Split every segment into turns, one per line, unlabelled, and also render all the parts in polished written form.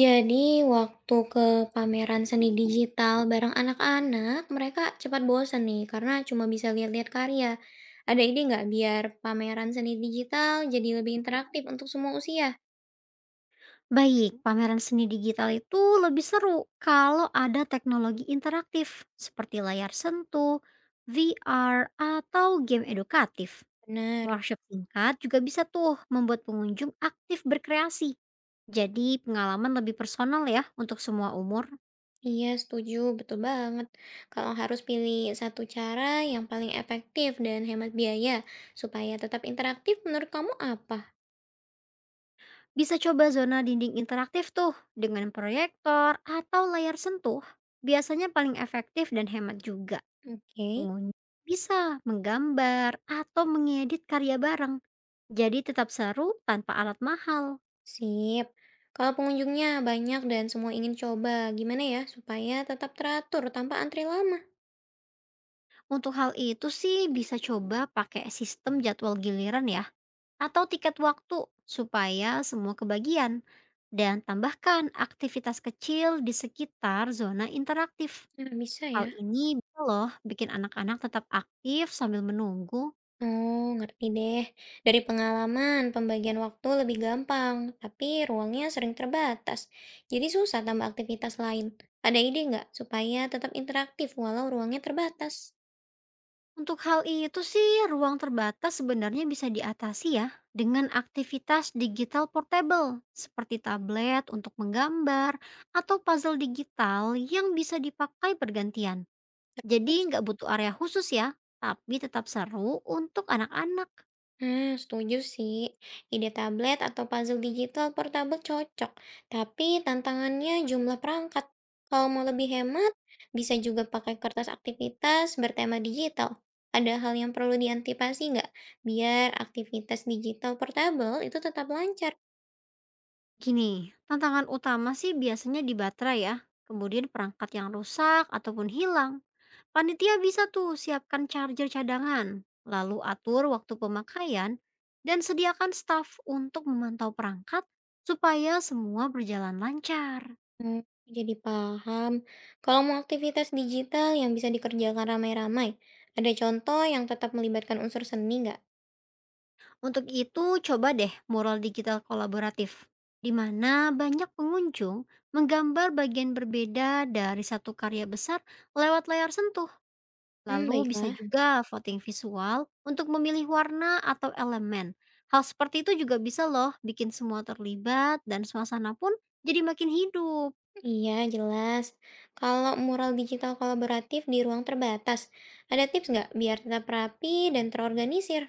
Jadi, waktu ke pameran seni digital bareng anak-anak, mereka cepat bosan nih karena cuma bisa lihat-lihat karya. Ada ide nggak biar pameran seni digital jadi lebih interaktif untuk semua usia?
Baik, pameran seni digital itu lebih seru kalau ada teknologi interaktif seperti layar sentuh, VR, atau game edukatif.
Benar.
Workshop singkat juga bisa tuh membuat pengunjung aktif berkreasi. Jadi pengalaman lebih personal ya untuk semua umur.
Iya, setuju. Betul banget. Kalau harus pilih satu cara yang paling efektif dan hemat biaya supaya tetap interaktif, menurut kamu apa?
Bisa coba zona dinding interaktif tuh dengan proyektor atau layar sentuh. Biasanya paling efektif dan hemat juga.
Oke.
Pengunjung bisa menggambar atau mengedit karya bareng. Jadi tetap seru tanpa alat mahal.
Sip. Kalau pengunjungnya banyak dan semua ingin coba, gimana ya supaya tetap teratur tanpa antri lama?
Untuk hal itu sih bisa coba pakai sistem jadwal giliran ya atau tiket waktu supaya semua kebagian dan tambahkan aktivitas kecil di sekitar zona interaktif.
Nah, bisa
Hal
ya.
ini bisa loh bikin anak-anak tetap aktif sambil menunggu.
Oh, ngerti deh. Dari pengalaman, pembagian waktu lebih gampang, tapi ruangnya sering terbatas. Jadi susah tambah aktivitas lain. Ada ide nggak supaya tetap interaktif walau ruangnya terbatas?
Untuk hal itu sih ruang terbatas sebenarnya bisa diatasi ya dengan aktivitas digital portable seperti tablet untuk menggambar atau puzzle digital yang bisa dipakai bergantian. Jadi nggak butuh area khusus ya, tapi tetap seru untuk anak-anak.
Hmm, setuju sih. Ide tablet atau puzzle digital portable cocok, tapi tantangannya jumlah perangkat. Kalau mau lebih hemat, bisa juga pakai kertas aktivitas bertema digital. Ada hal yang perlu diantisipasi nggak? Biar aktivitas digital portable itu tetap lancar.
Gini, tantangan utama sih biasanya di baterai ya, kemudian perangkat yang rusak ataupun hilang. Panitia bisa tuh siapkan charger cadangan, lalu atur waktu pemakaian, dan sediakan staf untuk memantau perangkat supaya semua berjalan lancar.
Hmm, jadi paham. Kalau mau aktivitas digital yang bisa dikerjakan ramai-ramai, ada contoh yang tetap melibatkan unsur seni nggak?
Untuk itu, coba deh mural digital kolaboratif, di mana banyak pengunjung menggambar bagian berbeda dari satu karya besar lewat layar sentuh.
Hmm,
Lalu bisa
baiklah.
juga voting visual untuk memilih warna atau elemen. Hal seperti itu juga bisa loh bikin semua terlibat dan suasana pun jadi makin hidup.
Iya, jelas. Kalau mural digital kolaboratif di ruang terbatas, ada tips nggak biar tetap rapi dan terorganisir?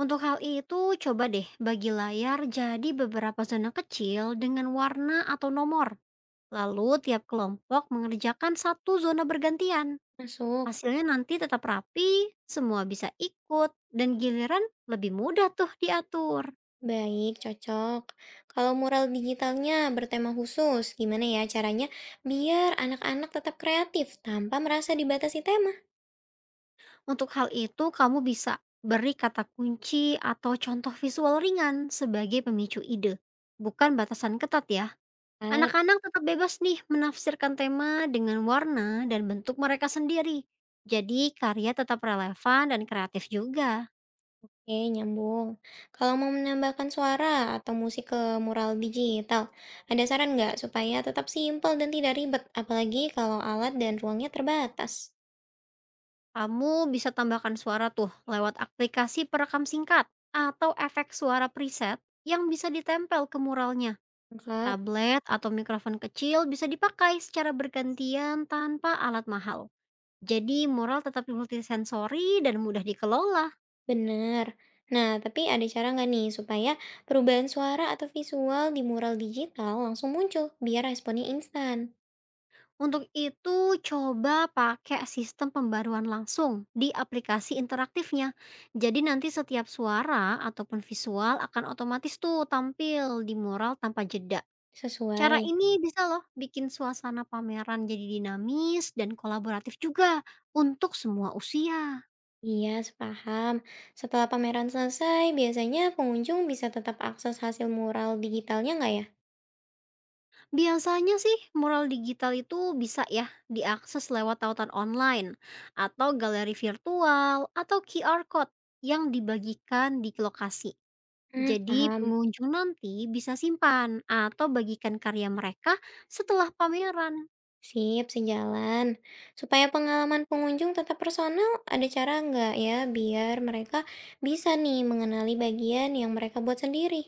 Untuk hal itu, coba deh bagi layar jadi beberapa zona kecil dengan warna atau nomor. Lalu tiap kelompok mengerjakan satu zona bergantian.
Masuk.
Hasilnya nanti tetap rapi, semua bisa ikut, dan giliran lebih mudah tuh diatur.
Baik, cocok. Kalau mural digitalnya bertema khusus, gimana ya caranya biar anak-anak tetap kreatif tanpa merasa dibatasi tema?
Untuk hal itu, kamu bisa beri kata kunci atau contoh visual ringan sebagai pemicu ide, bukan batasan ketat ya.
Ah.
Anak-anak tetap bebas nih menafsirkan tema dengan warna dan bentuk mereka sendiri. Jadi karya tetap relevan dan kreatif juga.
Oke, nyambung. Kalau mau menambahkan suara atau musik ke mural digital, ada saran nggak supaya tetap simpel dan tidak ribet, apalagi kalau alat dan ruangnya terbatas?
Kamu bisa tambahkan suara tuh lewat aplikasi perekam singkat atau efek suara preset yang bisa ditempel ke muralnya.
Lengkap.
Tablet atau mikrofon kecil bisa dipakai secara bergantian tanpa alat mahal. Jadi mural tetap multisensori dan mudah dikelola.
Bener. Nah, tapi ada cara nggak nih supaya perubahan suara atau visual di mural digital langsung muncul biar responnya instan?
Untuk itu, coba pakai sistem pembaruan langsung di aplikasi interaktifnya. Jadi nanti setiap suara ataupun visual akan otomatis tuh tampil di mural tanpa jeda. Cara
Sesuai.
ini bisa loh bikin suasana pameran jadi dinamis dan kolaboratif juga untuk semua usia.
Iya, sepaham. Setelah pameran selesai, biasanya pengunjung bisa tetap akses hasil mural digitalnya nggak ya?
Biasanya sih mural digital itu bisa ya diakses lewat tautan online atau galeri virtual atau QR code yang dibagikan di lokasi.
Hmm,
Jadi
paham.
pengunjung nanti bisa simpan atau bagikan karya mereka setelah pameran.
Sip, sejalan. Supaya pengalaman pengunjung tetap personal, ada cara nggak ya biar mereka bisa nih mengenali bagian yang mereka buat sendiri?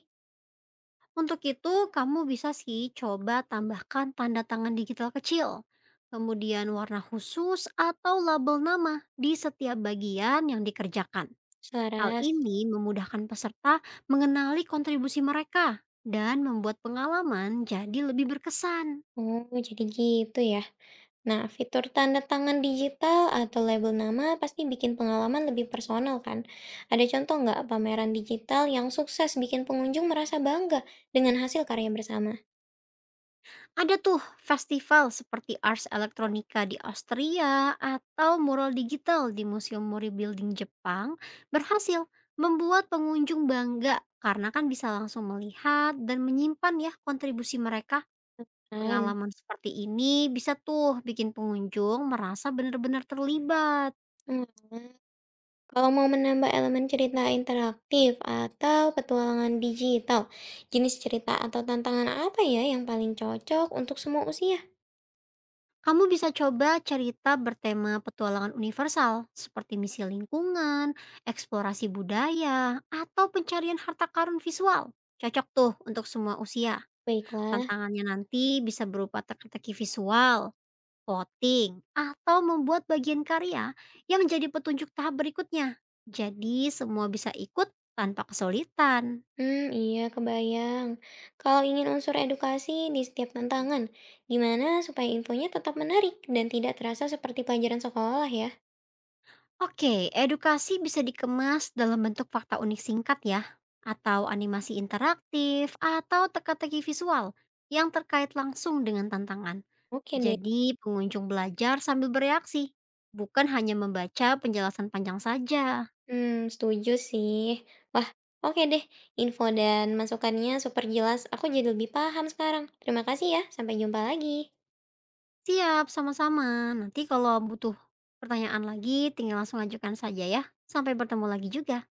Untuk itu kamu bisa sih coba tambahkan tanda tangan digital kecil. Kemudian warna khusus atau label nama di setiap bagian yang dikerjakan. Hal
Selaras.
ini memudahkan peserta mengenali kontribusi mereka dan membuat pengalaman jadi lebih berkesan.
Oh, jadi gitu ya. Nah, fitur tanda tangan digital atau label nama pasti bikin pengalaman lebih personal kan? Ada contoh nggak pameran digital yang sukses bikin pengunjung merasa bangga dengan hasil karya bersamaan?
Ada tuh festival seperti Ars Electronica di Austria atau mural digital di Museum Mori Building Jepang berhasil membuat pengunjung bangga karena kan bisa langsung melihat dan menyimpan ya kontribusi mereka.
Hmm.
Pengalaman seperti ini bisa tuh bikin pengunjung merasa benar-benar terlibat.
Kalau mau menambah elemen cerita interaktif atau petualangan digital, jenis cerita atau tantangan apa ya yang paling cocok untuk semua usia?
Kamu bisa coba cerita bertema petualangan universal seperti misi lingkungan, eksplorasi budaya, atau pencarian harta karun visual. Cocok tuh untuk semua usia.
Baiklah.
Tantangannya nanti bisa berupa teka-teki visual, voting, atau membuat bagian karya yang menjadi petunjuk tahap berikutnya. Jadi semua bisa ikut tanpa kesulitan.
Hmm, iya, kebayang. Kalau ingin unsur edukasi di setiap tantangan, gimana supaya infonya tetap menarik dan tidak terasa seperti pelajaran sekolah ya?
Oke, edukasi bisa dikemas dalam bentuk fakta unik singkat ya, atau animasi interaktif, atau teka-teki visual yang terkait langsung dengan tantangan.
Oke deh.
Jadi pengunjung belajar sambil bereaksi, bukan hanya membaca penjelasan panjang saja.
Hmm, setuju sih. Wah, oke deh. Info dan masukannya super jelas. Aku jadi lebih paham sekarang. Terima kasih ya. Sampai jumpa lagi.
Siap, sama-sama. Nanti kalau butuh pertanyaan lagi, tinggal langsung ajukan saja ya. Sampai bertemu lagi juga.